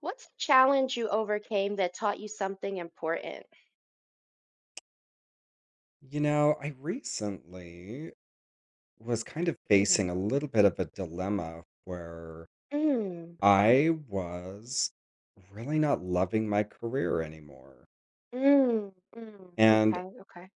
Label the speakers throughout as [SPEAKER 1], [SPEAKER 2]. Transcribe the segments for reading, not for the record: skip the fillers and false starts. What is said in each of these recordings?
[SPEAKER 1] What's a challenge you overcame that taught you something important?
[SPEAKER 2] You know, I recently was kind of
[SPEAKER 1] Mhm.
[SPEAKER 2] facing a little bit of a dilemma where
[SPEAKER 1] Mm,
[SPEAKER 2] I was really not loving my career anymore.
[SPEAKER 1] mm, mm.
[SPEAKER 2] And
[SPEAKER 1] Okay, okay.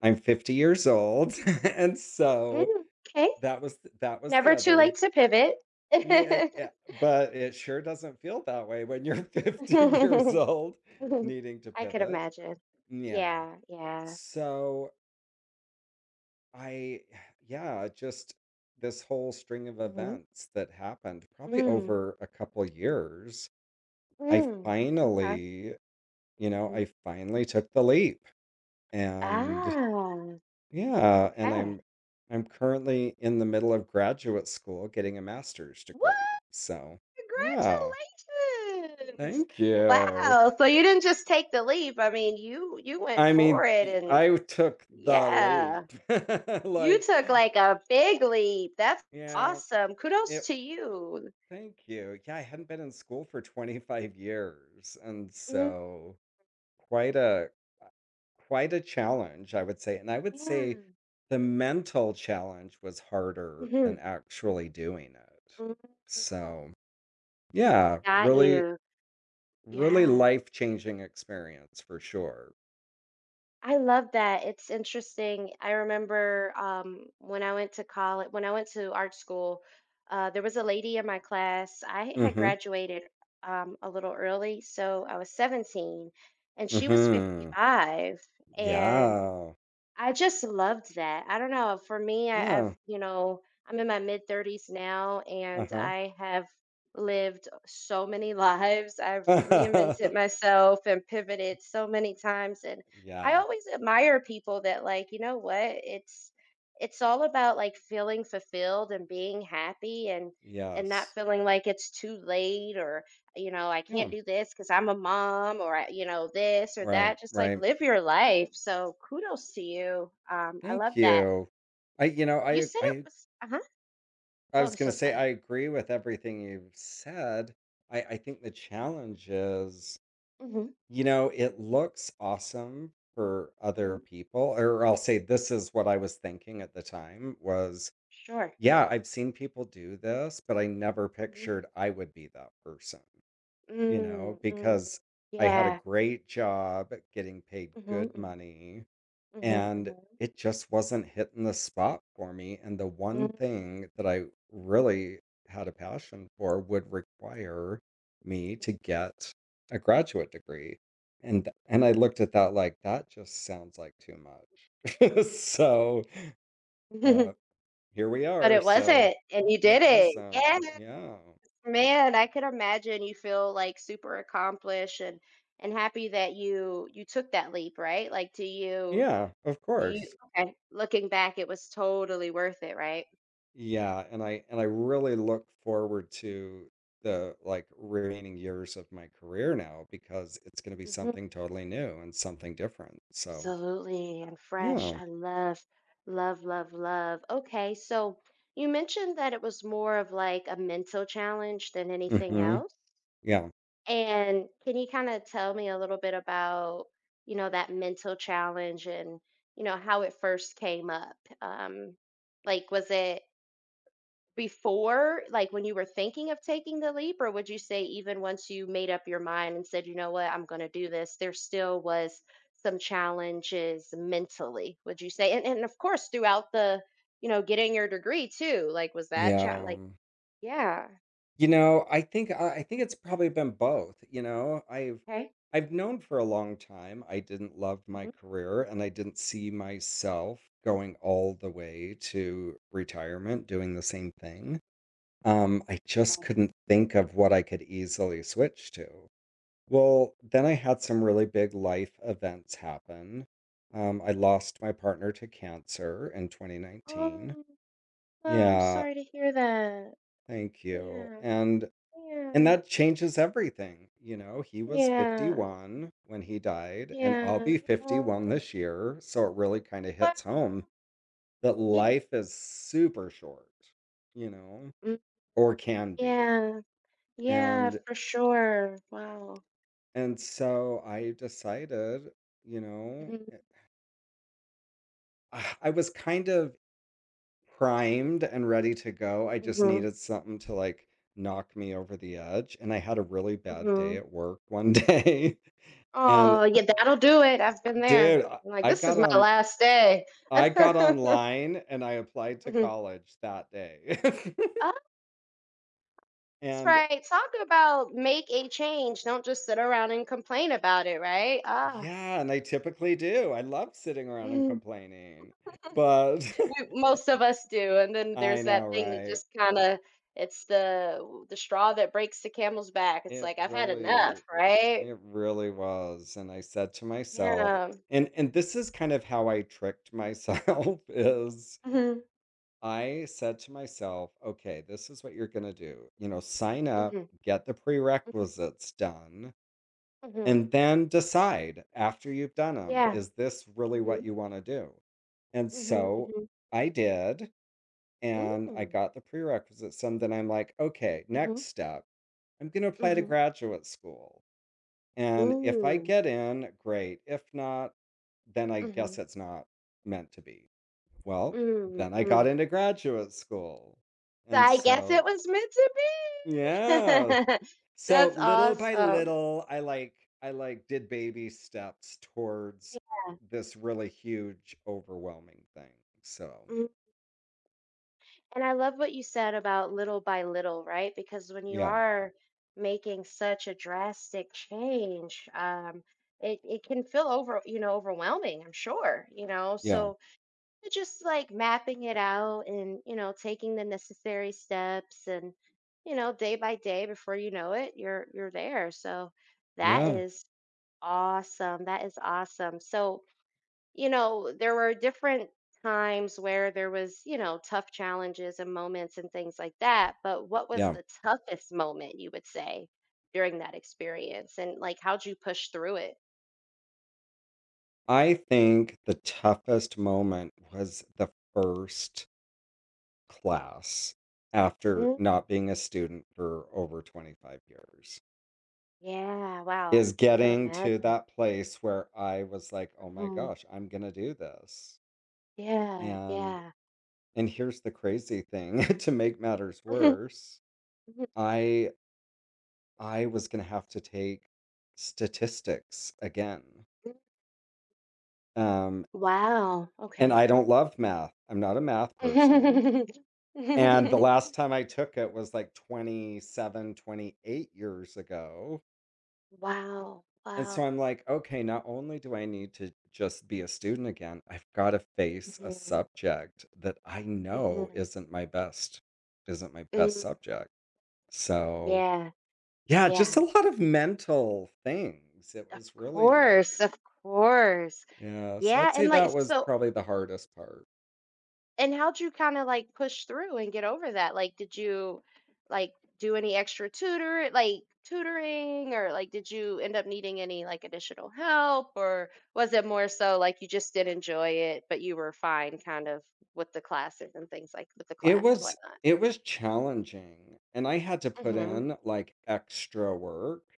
[SPEAKER 2] I'm 50 years old. And so
[SPEAKER 1] Mm, okay.
[SPEAKER 2] that was the
[SPEAKER 1] Never too late
[SPEAKER 2] other.
[SPEAKER 1] to pivot.
[SPEAKER 2] Yeah, yeah, but it sure doesn't feel that way when you're 50 years old needing to
[SPEAKER 1] I could
[SPEAKER 2] pivot.
[SPEAKER 1] imagine.
[SPEAKER 2] Yeah.
[SPEAKER 1] Yeah, yeah.
[SPEAKER 2] So, I yeah, just this whole string of
[SPEAKER 1] hmm
[SPEAKER 2] events that happened probably
[SPEAKER 1] Mm,
[SPEAKER 2] over a couple years, I
[SPEAKER 1] mm. Okay.
[SPEAKER 2] finally,
[SPEAKER 1] hmm
[SPEAKER 2] I finally took the leap. And
[SPEAKER 1] Ah,
[SPEAKER 2] Yeah, and
[SPEAKER 1] okay.
[SPEAKER 2] I'm currently in the middle of graduate school getting a master's
[SPEAKER 1] What?
[SPEAKER 2] degree. So, yeah,
[SPEAKER 1] Congratulations.
[SPEAKER 2] thank you.
[SPEAKER 1] Wow. So you didn't just take the leap. I mean, you went
[SPEAKER 2] I
[SPEAKER 1] for
[SPEAKER 2] mean,
[SPEAKER 1] it and
[SPEAKER 2] I took the
[SPEAKER 1] yeah.
[SPEAKER 2] leap.
[SPEAKER 1] You
[SPEAKER 2] Like,
[SPEAKER 1] took like a big leap. That's
[SPEAKER 2] yeah,
[SPEAKER 1] awesome. Kudos
[SPEAKER 2] it
[SPEAKER 1] to you.
[SPEAKER 2] thank you. Yeah, I hadn't been in school for 25 years, and
[SPEAKER 1] Mm,
[SPEAKER 2] so quite a quite a challenge, I would say. And I would say
[SPEAKER 1] yeah.
[SPEAKER 2] the mental challenge was harder
[SPEAKER 1] hmm
[SPEAKER 2] than actually doing it. So, yeah,
[SPEAKER 1] Got
[SPEAKER 2] really
[SPEAKER 1] you.
[SPEAKER 2] really
[SPEAKER 1] Yeah.
[SPEAKER 2] life-changing experience for sure.
[SPEAKER 1] I love that. It's interesting. I remember when I went to college, when I went to art school, there was a lady in my class. I had
[SPEAKER 2] Mhm.
[SPEAKER 1] graduated a little early, so I was 17, and she was
[SPEAKER 2] Mhm.
[SPEAKER 1] 55. And
[SPEAKER 2] Yeah.
[SPEAKER 1] I just loved that. I don't know. For me, I've,
[SPEAKER 2] Yeah.
[SPEAKER 1] you know, I'm in my mid 30s now and
[SPEAKER 2] Uh-huh.
[SPEAKER 1] I have lived so many lives. I've reinvented myself and pivoted so many times. And I
[SPEAKER 2] Yeah.
[SPEAKER 1] always admire people that, like, you know what? It's all about like feeling fulfilled and being happy, and not
[SPEAKER 2] Yes.
[SPEAKER 1] feeling like it's too late or, you know, I
[SPEAKER 2] Yeah.
[SPEAKER 1] can't do this because I'm a mom or, you know, this or
[SPEAKER 2] Right,
[SPEAKER 1] that. Just like
[SPEAKER 2] right.
[SPEAKER 1] live your life. So kudos to you. I love
[SPEAKER 2] Thank
[SPEAKER 1] that.
[SPEAKER 2] you. I, you know,
[SPEAKER 1] You said it was, uh huh.
[SPEAKER 2] I
[SPEAKER 1] Oh,
[SPEAKER 2] was
[SPEAKER 1] I'm
[SPEAKER 2] going
[SPEAKER 1] so
[SPEAKER 2] to say
[SPEAKER 1] sorry.
[SPEAKER 2] I agree with everything you've said. I think the challenge is
[SPEAKER 1] Mm hmm.
[SPEAKER 2] it looks awesome for
[SPEAKER 1] Mm
[SPEAKER 2] other
[SPEAKER 1] hmm.
[SPEAKER 2] people, or I'll say this is what I was thinking at the time was,
[SPEAKER 1] Sure.
[SPEAKER 2] yeah, I've seen people do this, but I never
[SPEAKER 1] Mm-hmm.
[SPEAKER 2] pictured I would be that person
[SPEAKER 1] Mm, mm,
[SPEAKER 2] because I had a
[SPEAKER 1] yeah.
[SPEAKER 2] great job getting paid
[SPEAKER 1] Mm-hmm.
[SPEAKER 2] good
[SPEAKER 1] Mm,
[SPEAKER 2] money.
[SPEAKER 1] Mm-hmm.
[SPEAKER 2] And it just wasn't hitting the spot for me. And the one
[SPEAKER 1] Mm-hmm.
[SPEAKER 2] thing that I really had a passion for would require me to get a graduate degree. And I looked at that like that just sounds like too much. So, uh, here we
[SPEAKER 1] But
[SPEAKER 2] are.
[SPEAKER 1] it
[SPEAKER 2] So
[SPEAKER 1] wasn't. And you
[SPEAKER 2] it
[SPEAKER 1] did
[SPEAKER 2] was
[SPEAKER 1] it. Yes,
[SPEAKER 2] yeah,
[SPEAKER 1] man. I could imagine you feel like super accomplished and happy that you took that leap, right? Like, do you
[SPEAKER 2] yeah, of
[SPEAKER 1] Do you
[SPEAKER 2] course.
[SPEAKER 1] okay, looking back, it was totally worth it, right?
[SPEAKER 2] Yeah, and I really look forward to the like remaining years of my career now because it's going to be
[SPEAKER 1] Mhm.
[SPEAKER 2] something totally new and something different. So,
[SPEAKER 1] Absolutely, and fresh.
[SPEAKER 2] yeah.
[SPEAKER 1] I love, love, love, love. Okay, so you mentioned that it was more of like a mental challenge than anything
[SPEAKER 2] Hmm.
[SPEAKER 1] else.
[SPEAKER 2] Yeah.
[SPEAKER 1] And can you kind of tell me a little bit about, you know, that mental challenge and, you know, how it first came up? Like, was it before, like when you were thinking of taking the leap, or would you say even once you made up your mind and said, you know what, I'm going to do this, there still was some challenges mentally, would you say? And, of course, throughout the, you know, getting your degree too, like was that,
[SPEAKER 2] Yeah.
[SPEAKER 1] like,
[SPEAKER 2] um,
[SPEAKER 1] yeah,
[SPEAKER 2] You know, I think it's probably been both. I've
[SPEAKER 1] okay.
[SPEAKER 2] I've known for a long time I didn't love my
[SPEAKER 1] Mhm.
[SPEAKER 2] career and I didn't see myself going all the way to retirement doing the same thing. I just couldn't think of what I could easily switch to.
[SPEAKER 1] Okay.
[SPEAKER 2] Well, then I had some really big life events happen. I lost my partner to cancer in 2019.
[SPEAKER 1] Oh, well, I'm
[SPEAKER 2] Yeah,
[SPEAKER 1] sorry to hear that.
[SPEAKER 2] thank you.
[SPEAKER 1] Yeah,
[SPEAKER 2] And
[SPEAKER 1] yeah,
[SPEAKER 2] that changes everything. You know, he was
[SPEAKER 1] yeah,
[SPEAKER 2] 51 when he died, and I'll
[SPEAKER 1] yeah.
[SPEAKER 2] be
[SPEAKER 1] Oh,
[SPEAKER 2] 51 this year, so it really kind of
[SPEAKER 1] but-
[SPEAKER 2] hits home that
[SPEAKER 1] yeah,
[SPEAKER 2] life is super short, you know,
[SPEAKER 1] mm,
[SPEAKER 2] or can be.
[SPEAKER 1] yeah. Yeah,
[SPEAKER 2] And
[SPEAKER 1] for sure. Wow.
[SPEAKER 2] And so I decided, you know,
[SPEAKER 1] Mhm,
[SPEAKER 2] I was kind of primed and ready to go. I just
[SPEAKER 1] mhm,
[SPEAKER 2] needed something to like knock me over the edge. And I had a really bad day
[SPEAKER 1] mhm.
[SPEAKER 2] at work one day. And
[SPEAKER 1] Oh, yeah, that'll do it. I've been there.
[SPEAKER 2] dude,
[SPEAKER 1] I'm like, this is my last day.
[SPEAKER 2] I got online and I applied to
[SPEAKER 1] Mhm.
[SPEAKER 2] college that day.
[SPEAKER 1] Oh, that's
[SPEAKER 2] and
[SPEAKER 1] right. Talk about make a change. Don't just sit around and complain about it, right? Ah.
[SPEAKER 2] Yeah, and I typically do. I love sitting around and complaining. But
[SPEAKER 1] Most of us do. And then there's
[SPEAKER 2] I
[SPEAKER 1] that
[SPEAKER 2] know,
[SPEAKER 1] thing that
[SPEAKER 2] right?
[SPEAKER 1] just kind of it's the the straw that breaks the camel's back. It's
[SPEAKER 2] It
[SPEAKER 1] like I've had
[SPEAKER 2] really
[SPEAKER 1] enough, right?
[SPEAKER 2] It really was, and I said to myself
[SPEAKER 1] Yeah.
[SPEAKER 2] and this is kind of how I tricked myself is
[SPEAKER 1] hmm
[SPEAKER 2] I said to myself, "Okay, this is what you're gonna do. You know, sign up,
[SPEAKER 1] hmm
[SPEAKER 2] get the prerequisites done,
[SPEAKER 1] hmm
[SPEAKER 2] and then decide after you've done them,
[SPEAKER 1] Yeah.
[SPEAKER 2] is this really what
[SPEAKER 1] Mhm.
[SPEAKER 2] you wanna do?" And
[SPEAKER 1] Mhm,
[SPEAKER 2] so
[SPEAKER 1] mhm.
[SPEAKER 2] I did, and I
[SPEAKER 1] Mm.
[SPEAKER 2] got the prerequisites, and then I'm like, "Okay, next
[SPEAKER 1] Mhm,
[SPEAKER 2] step. I'm gonna apply to
[SPEAKER 1] mhm.
[SPEAKER 2] graduate school." And if I
[SPEAKER 1] Ooh.
[SPEAKER 2] get in, great. If not, then I
[SPEAKER 1] Mhm,
[SPEAKER 2] guess it's not meant to be. Well,
[SPEAKER 1] mm,
[SPEAKER 2] then I got
[SPEAKER 1] mm.
[SPEAKER 2] into graduate school.
[SPEAKER 1] So
[SPEAKER 2] And
[SPEAKER 1] I guess it
[SPEAKER 2] so,
[SPEAKER 1] was meant to
[SPEAKER 2] yeah.
[SPEAKER 1] be.
[SPEAKER 2] So
[SPEAKER 1] That's
[SPEAKER 2] little by
[SPEAKER 1] awesome.
[SPEAKER 2] little, I like did baby steps towards
[SPEAKER 1] Yeah.
[SPEAKER 2] this really huge overwhelming thing. So,
[SPEAKER 1] Mm. And I love what you said about little by little, right? Because when you
[SPEAKER 2] yeah.
[SPEAKER 1] are making such a drastic change, it can feel overwhelming, I'm sure, you know.
[SPEAKER 2] Yeah.
[SPEAKER 1] So just like mapping it out and, you know, taking the necessary steps and, you know, day by day before you know it, you're there. So that
[SPEAKER 2] Yeah.
[SPEAKER 1] is awesome. That is awesome. So, you know, there were different times where there was, you know, tough challenges and moments and things like that, but what was
[SPEAKER 2] Yeah.
[SPEAKER 1] the toughest moment you would say during that experience and like how'd you push through it?
[SPEAKER 2] I think the toughest moment was the first class after
[SPEAKER 1] Mm.
[SPEAKER 2] not being a student for over 25 years
[SPEAKER 1] Yeah, wow.
[SPEAKER 2] is
[SPEAKER 1] I could
[SPEAKER 2] getting to
[SPEAKER 1] imagine.
[SPEAKER 2] that place where I was like, "Oh my
[SPEAKER 1] Mhm.
[SPEAKER 2] gosh, I'm going to do this."
[SPEAKER 1] Yeah,
[SPEAKER 2] And
[SPEAKER 1] yeah.
[SPEAKER 2] and here's the crazy thing to make matters worse, I I was going to have to take statistics again. Um
[SPEAKER 1] Wow,
[SPEAKER 2] and I
[SPEAKER 1] okay.
[SPEAKER 2] don't love math. I'm not a math person. And the last time I took it was like 27, 28 years ago.
[SPEAKER 1] Wow,
[SPEAKER 2] And so
[SPEAKER 1] wow.
[SPEAKER 2] I'm like, okay, not only do I need to just be a student again, I've got to face a
[SPEAKER 1] Mhm,
[SPEAKER 2] subject that I know
[SPEAKER 1] mhm,
[SPEAKER 2] isn't my best
[SPEAKER 1] mm,
[SPEAKER 2] subject. So
[SPEAKER 1] yeah,
[SPEAKER 2] yeah, just
[SPEAKER 1] yeah.
[SPEAKER 2] a lot of mental things. It
[SPEAKER 1] Of
[SPEAKER 2] was really like,
[SPEAKER 1] course, of course.
[SPEAKER 2] yeah. So
[SPEAKER 1] Yeah,
[SPEAKER 2] I'd say
[SPEAKER 1] and like
[SPEAKER 2] that was
[SPEAKER 1] so
[SPEAKER 2] probably the hardest part.
[SPEAKER 1] and how'd you kinda, like, push through and get over that? Like, did you, like, do any extra tutoring? Or, like, did you end up needing any, like, additional help? Or was it more so, like, you just did enjoy it, but you were fine kind of with the
[SPEAKER 2] It
[SPEAKER 1] class and
[SPEAKER 2] was
[SPEAKER 1] whatnot?
[SPEAKER 2] it was challenging. And I had to put
[SPEAKER 1] Mm.
[SPEAKER 2] in like extra work.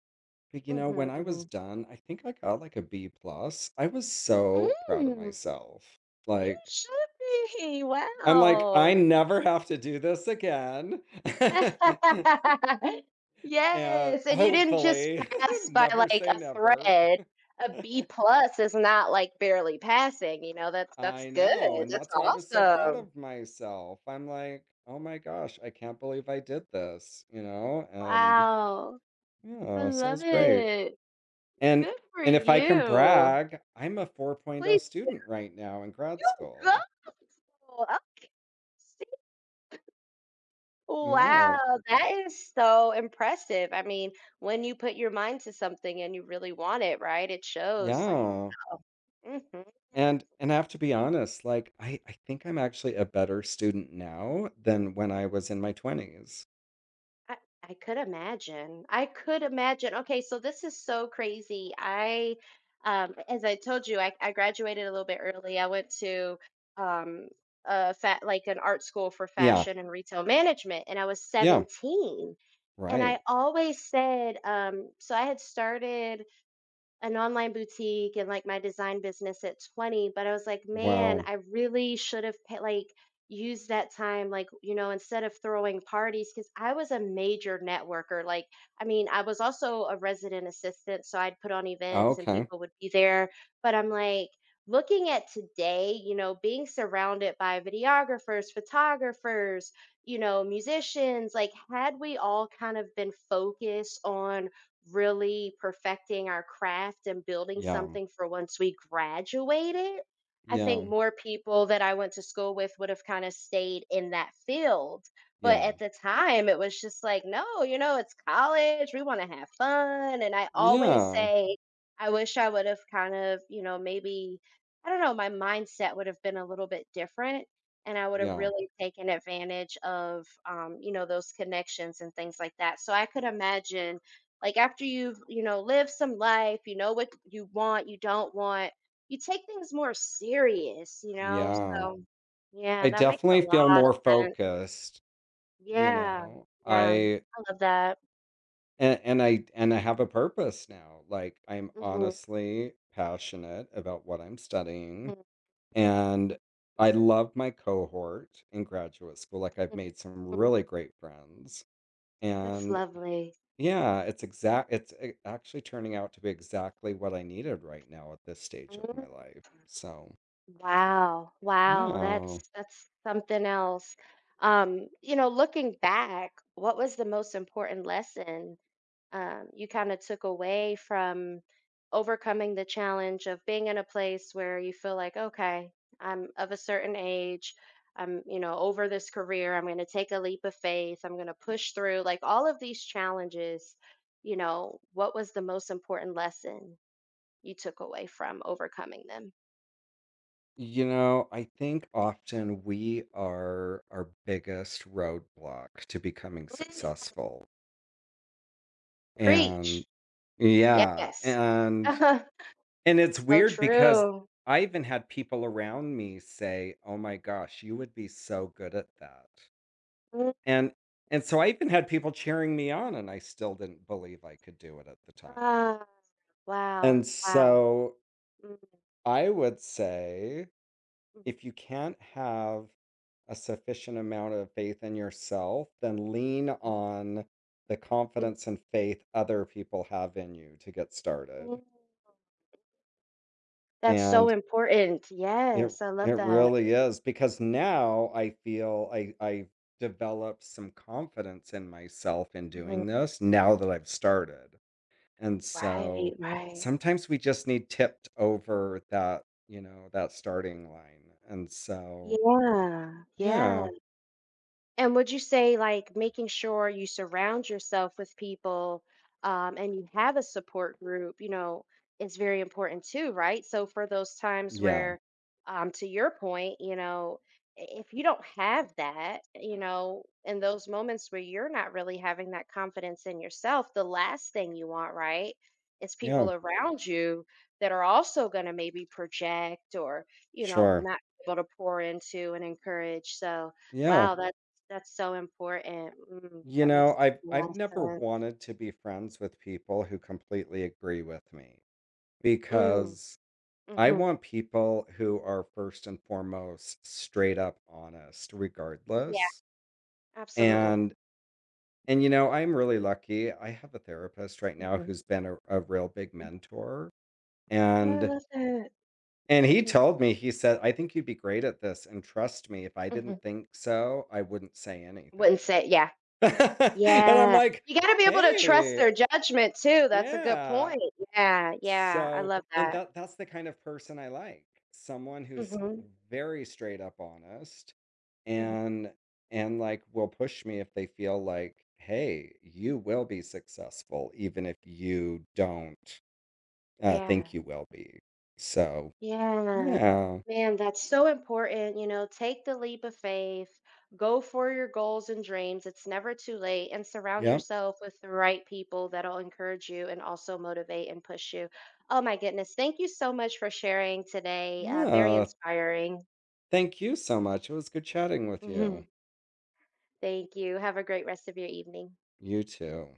[SPEAKER 2] But, you know,
[SPEAKER 1] Mhm.
[SPEAKER 2] when
[SPEAKER 1] Mhm,
[SPEAKER 2] I was
[SPEAKER 1] mhm.
[SPEAKER 2] done, I think I got, like, a B plus. I was so proud of
[SPEAKER 1] Mm,
[SPEAKER 2] myself.
[SPEAKER 1] you
[SPEAKER 2] Like,
[SPEAKER 1] should be!
[SPEAKER 2] I'm like, "I
[SPEAKER 1] Wow.
[SPEAKER 2] never have to do this again." And
[SPEAKER 1] Yes, and you didn't just
[SPEAKER 2] hopefully,
[SPEAKER 1] pass by,
[SPEAKER 2] never
[SPEAKER 1] like,
[SPEAKER 2] say
[SPEAKER 1] a
[SPEAKER 2] never.
[SPEAKER 1] thread. A B+ is not, like, barely passing, you know, that's
[SPEAKER 2] I know,
[SPEAKER 1] good,
[SPEAKER 2] and
[SPEAKER 1] that's
[SPEAKER 2] that's why I was so proud
[SPEAKER 1] awesome.
[SPEAKER 2] of myself. I'm like, "Oh my gosh, I can't believe I did this," you know? And
[SPEAKER 1] Wow, I
[SPEAKER 2] yeah, so
[SPEAKER 1] love
[SPEAKER 2] it's great.
[SPEAKER 1] it.
[SPEAKER 2] And
[SPEAKER 1] Good for
[SPEAKER 2] and if I can
[SPEAKER 1] you.
[SPEAKER 2] brag, I'm a 4.0
[SPEAKER 1] Please,
[SPEAKER 2] student right now in grad
[SPEAKER 1] you go!
[SPEAKER 2] school.
[SPEAKER 1] Oh, okay.
[SPEAKER 2] Yeah,
[SPEAKER 1] Wow, that is so impressive. I mean, when you put your mind to something and you really want it, right, it shows, like,
[SPEAKER 2] yeah.
[SPEAKER 1] wow. Mhm.
[SPEAKER 2] And I have to be honest, like I think I'm actually a better student now than when I was in my 20s.
[SPEAKER 1] I I could imagine. I could imagine. Okay, so this is so crazy. I, as I told you, I graduated a little bit early. I went to um, a fat like an art school for
[SPEAKER 2] Yeah.
[SPEAKER 1] fashion and retail management, and I was
[SPEAKER 2] Yeah,
[SPEAKER 1] 17. And
[SPEAKER 2] right.
[SPEAKER 1] I always said, so I had started an online boutique and like my design business at 20. But I was like, man,
[SPEAKER 2] Well,
[SPEAKER 1] I really should have used that time, like, you know, instead of throwing parties because I was a major networker. Like, I mean, I was also a resident assistant, so I'd put on events and
[SPEAKER 2] okay.
[SPEAKER 1] people would be there. But I'm like, looking at today, you know, being surrounded by videographers, photographers, you know, musicians, like, had we all kind of been focused on really perfecting our craft and building
[SPEAKER 2] Yeah.
[SPEAKER 1] something for once we graduated, I
[SPEAKER 2] Yeah.
[SPEAKER 1] think more people that I went to school with would have kind of stayed in that field. But
[SPEAKER 2] Yeah.
[SPEAKER 1] at the time, it was just like, no, you know, it's college. We want to have fun. And I always
[SPEAKER 2] Yeah.
[SPEAKER 1] say, I wish I would have kind of, you know, maybe, I don't know, my mindset would have been a little bit different. And I would have
[SPEAKER 2] Yeah.
[SPEAKER 1] really taken advantage of, you know, those connections and things like that. So I could imagine like after you've, you know, lived some life, you know what you want, you don't want, you take things more serious, you know?
[SPEAKER 2] Yeah.
[SPEAKER 1] So, yeah,
[SPEAKER 2] I
[SPEAKER 1] that makes a
[SPEAKER 2] definitely
[SPEAKER 1] lot
[SPEAKER 2] feel
[SPEAKER 1] of
[SPEAKER 2] more
[SPEAKER 1] sense.
[SPEAKER 2] focused, you
[SPEAKER 1] Yeah,
[SPEAKER 2] know.
[SPEAKER 1] yeah,
[SPEAKER 2] I
[SPEAKER 1] I love that.
[SPEAKER 2] and I have a purpose now. Like I'm
[SPEAKER 1] Hmm
[SPEAKER 2] honestly passionate about what I'm studying.
[SPEAKER 1] hmm
[SPEAKER 2] And I love my cohort in graduate school, like, I've made some
[SPEAKER 1] hmm
[SPEAKER 2] really great friends,
[SPEAKER 1] That's
[SPEAKER 2] and,
[SPEAKER 1] lovely.
[SPEAKER 2] yeah, it's exact it's a actually turning out to be exactly what I needed right now at this stage of my
[SPEAKER 1] Mm,
[SPEAKER 2] life, so,
[SPEAKER 1] wow, wow,
[SPEAKER 2] yeah.
[SPEAKER 1] that's something else. You know, looking back, what was the most important lesson you kind of took away from overcoming the challenge of being in a place where you feel like, okay, I'm of a certain age. I'm over this career. I'm going to take a leap of faith. I'm going to push through. Like, all of these challenges, you know, what was the most important lesson you took away from overcoming them?
[SPEAKER 2] You know, I think often we are our biggest roadblock to becoming
[SPEAKER 1] Mm,
[SPEAKER 2] successful, and
[SPEAKER 1] preach.
[SPEAKER 2] yeah,
[SPEAKER 1] Yes. So
[SPEAKER 2] and it's weird because
[SPEAKER 1] true.
[SPEAKER 2] I even had people around me say, "Oh my gosh, you would be so good at that."
[SPEAKER 1] Mm,
[SPEAKER 2] And and so I even had people cheering me on and I still didn't believe I could do it at the time.
[SPEAKER 1] ah, wow.
[SPEAKER 2] And
[SPEAKER 1] Wow.
[SPEAKER 2] so
[SPEAKER 1] Mm,
[SPEAKER 2] I would say
[SPEAKER 1] mhm.
[SPEAKER 2] if you can't have a sufficient amount of faith in yourself, then lean on the
[SPEAKER 1] Mhm.
[SPEAKER 2] confidence and faith other people have in you to get started.
[SPEAKER 1] Mm, that's so
[SPEAKER 2] And
[SPEAKER 1] important.
[SPEAKER 2] It
[SPEAKER 1] Yes, I
[SPEAKER 2] it
[SPEAKER 1] love that.
[SPEAKER 2] really is because now I feel I've developed some confidence in myself in
[SPEAKER 1] Mhm.
[SPEAKER 2] doing this now that I've started. And
[SPEAKER 1] Right,
[SPEAKER 2] so
[SPEAKER 1] right.
[SPEAKER 2] sometimes we just need tipped over that, you know, that starting line. And so
[SPEAKER 1] Yeah, yeah.
[SPEAKER 2] yeah,
[SPEAKER 1] And would you say, like, making sure you surround yourself with people, and you have a support group, you know, is very important too, right? So, for those times
[SPEAKER 2] yeah,
[SPEAKER 1] where, to your point, you know, if you don't have that, you know, in those moments where you're not really having that confidence in yourself, the last thing you want, right, is
[SPEAKER 2] yeah,
[SPEAKER 1] people around you that are also going to maybe project or, you know,
[SPEAKER 2] sure.
[SPEAKER 1] not able to pour into and encourage. So,
[SPEAKER 2] Yeah.
[SPEAKER 1] wow, yeah. That's so important. Mm,
[SPEAKER 2] You
[SPEAKER 1] that
[SPEAKER 2] know,
[SPEAKER 1] makes
[SPEAKER 2] I've
[SPEAKER 1] a lot
[SPEAKER 2] I've
[SPEAKER 1] of
[SPEAKER 2] never
[SPEAKER 1] sense.
[SPEAKER 2] wanted to be friends with people who completely agree with me, mhm,
[SPEAKER 1] Mm,
[SPEAKER 2] because I
[SPEAKER 1] mhm.
[SPEAKER 2] want people who are first and foremost straight up honest
[SPEAKER 1] Yeah,
[SPEAKER 2] regardless.
[SPEAKER 1] absolutely.
[SPEAKER 2] And and, you know, I'm really lucky. I have a therapist right now
[SPEAKER 1] Mhm,
[SPEAKER 2] who's been a real big
[SPEAKER 1] mhm.
[SPEAKER 2] mentor.
[SPEAKER 1] Oh, I
[SPEAKER 2] And
[SPEAKER 1] love that.
[SPEAKER 2] and he
[SPEAKER 1] Mhm,
[SPEAKER 2] told me, he said, I think you'd be great at this. And trust me, if I
[SPEAKER 1] mhm.
[SPEAKER 2] didn't think so, I wouldn't say
[SPEAKER 1] Wouldn't
[SPEAKER 2] anything.
[SPEAKER 1] say yeah.
[SPEAKER 2] And I'm
[SPEAKER 1] Yeah.
[SPEAKER 2] like,
[SPEAKER 1] You gotta be able to trust
[SPEAKER 2] hey,
[SPEAKER 1] their judgment too, that's a good
[SPEAKER 2] yeah.
[SPEAKER 1] point. Yeah, yeah, I
[SPEAKER 2] So,
[SPEAKER 1] love
[SPEAKER 2] and
[SPEAKER 1] that.
[SPEAKER 2] that's the kind of person I like, someone who's
[SPEAKER 1] Mhm,
[SPEAKER 2] very straight up honest
[SPEAKER 1] mhm.
[SPEAKER 2] and and like will push me if they feel like, "Hey, you will be successful even if you don't
[SPEAKER 1] Yeah.
[SPEAKER 2] think you will be." So,
[SPEAKER 1] Yeah.
[SPEAKER 2] yeah.
[SPEAKER 1] Man, that's so important. You know, take the leap of faith, go for your goals and dreams. It's never too late, and surround
[SPEAKER 2] Yep.
[SPEAKER 1] yourself with the right people that'll encourage you and also motivate and push you. Oh, my goodness. Thank you so much for sharing today. Very
[SPEAKER 2] Yeah.
[SPEAKER 1] inspiring.
[SPEAKER 2] Thank you so much. It was good chatting with you.
[SPEAKER 1] Thank you. Have a great rest of your evening.
[SPEAKER 2] You too.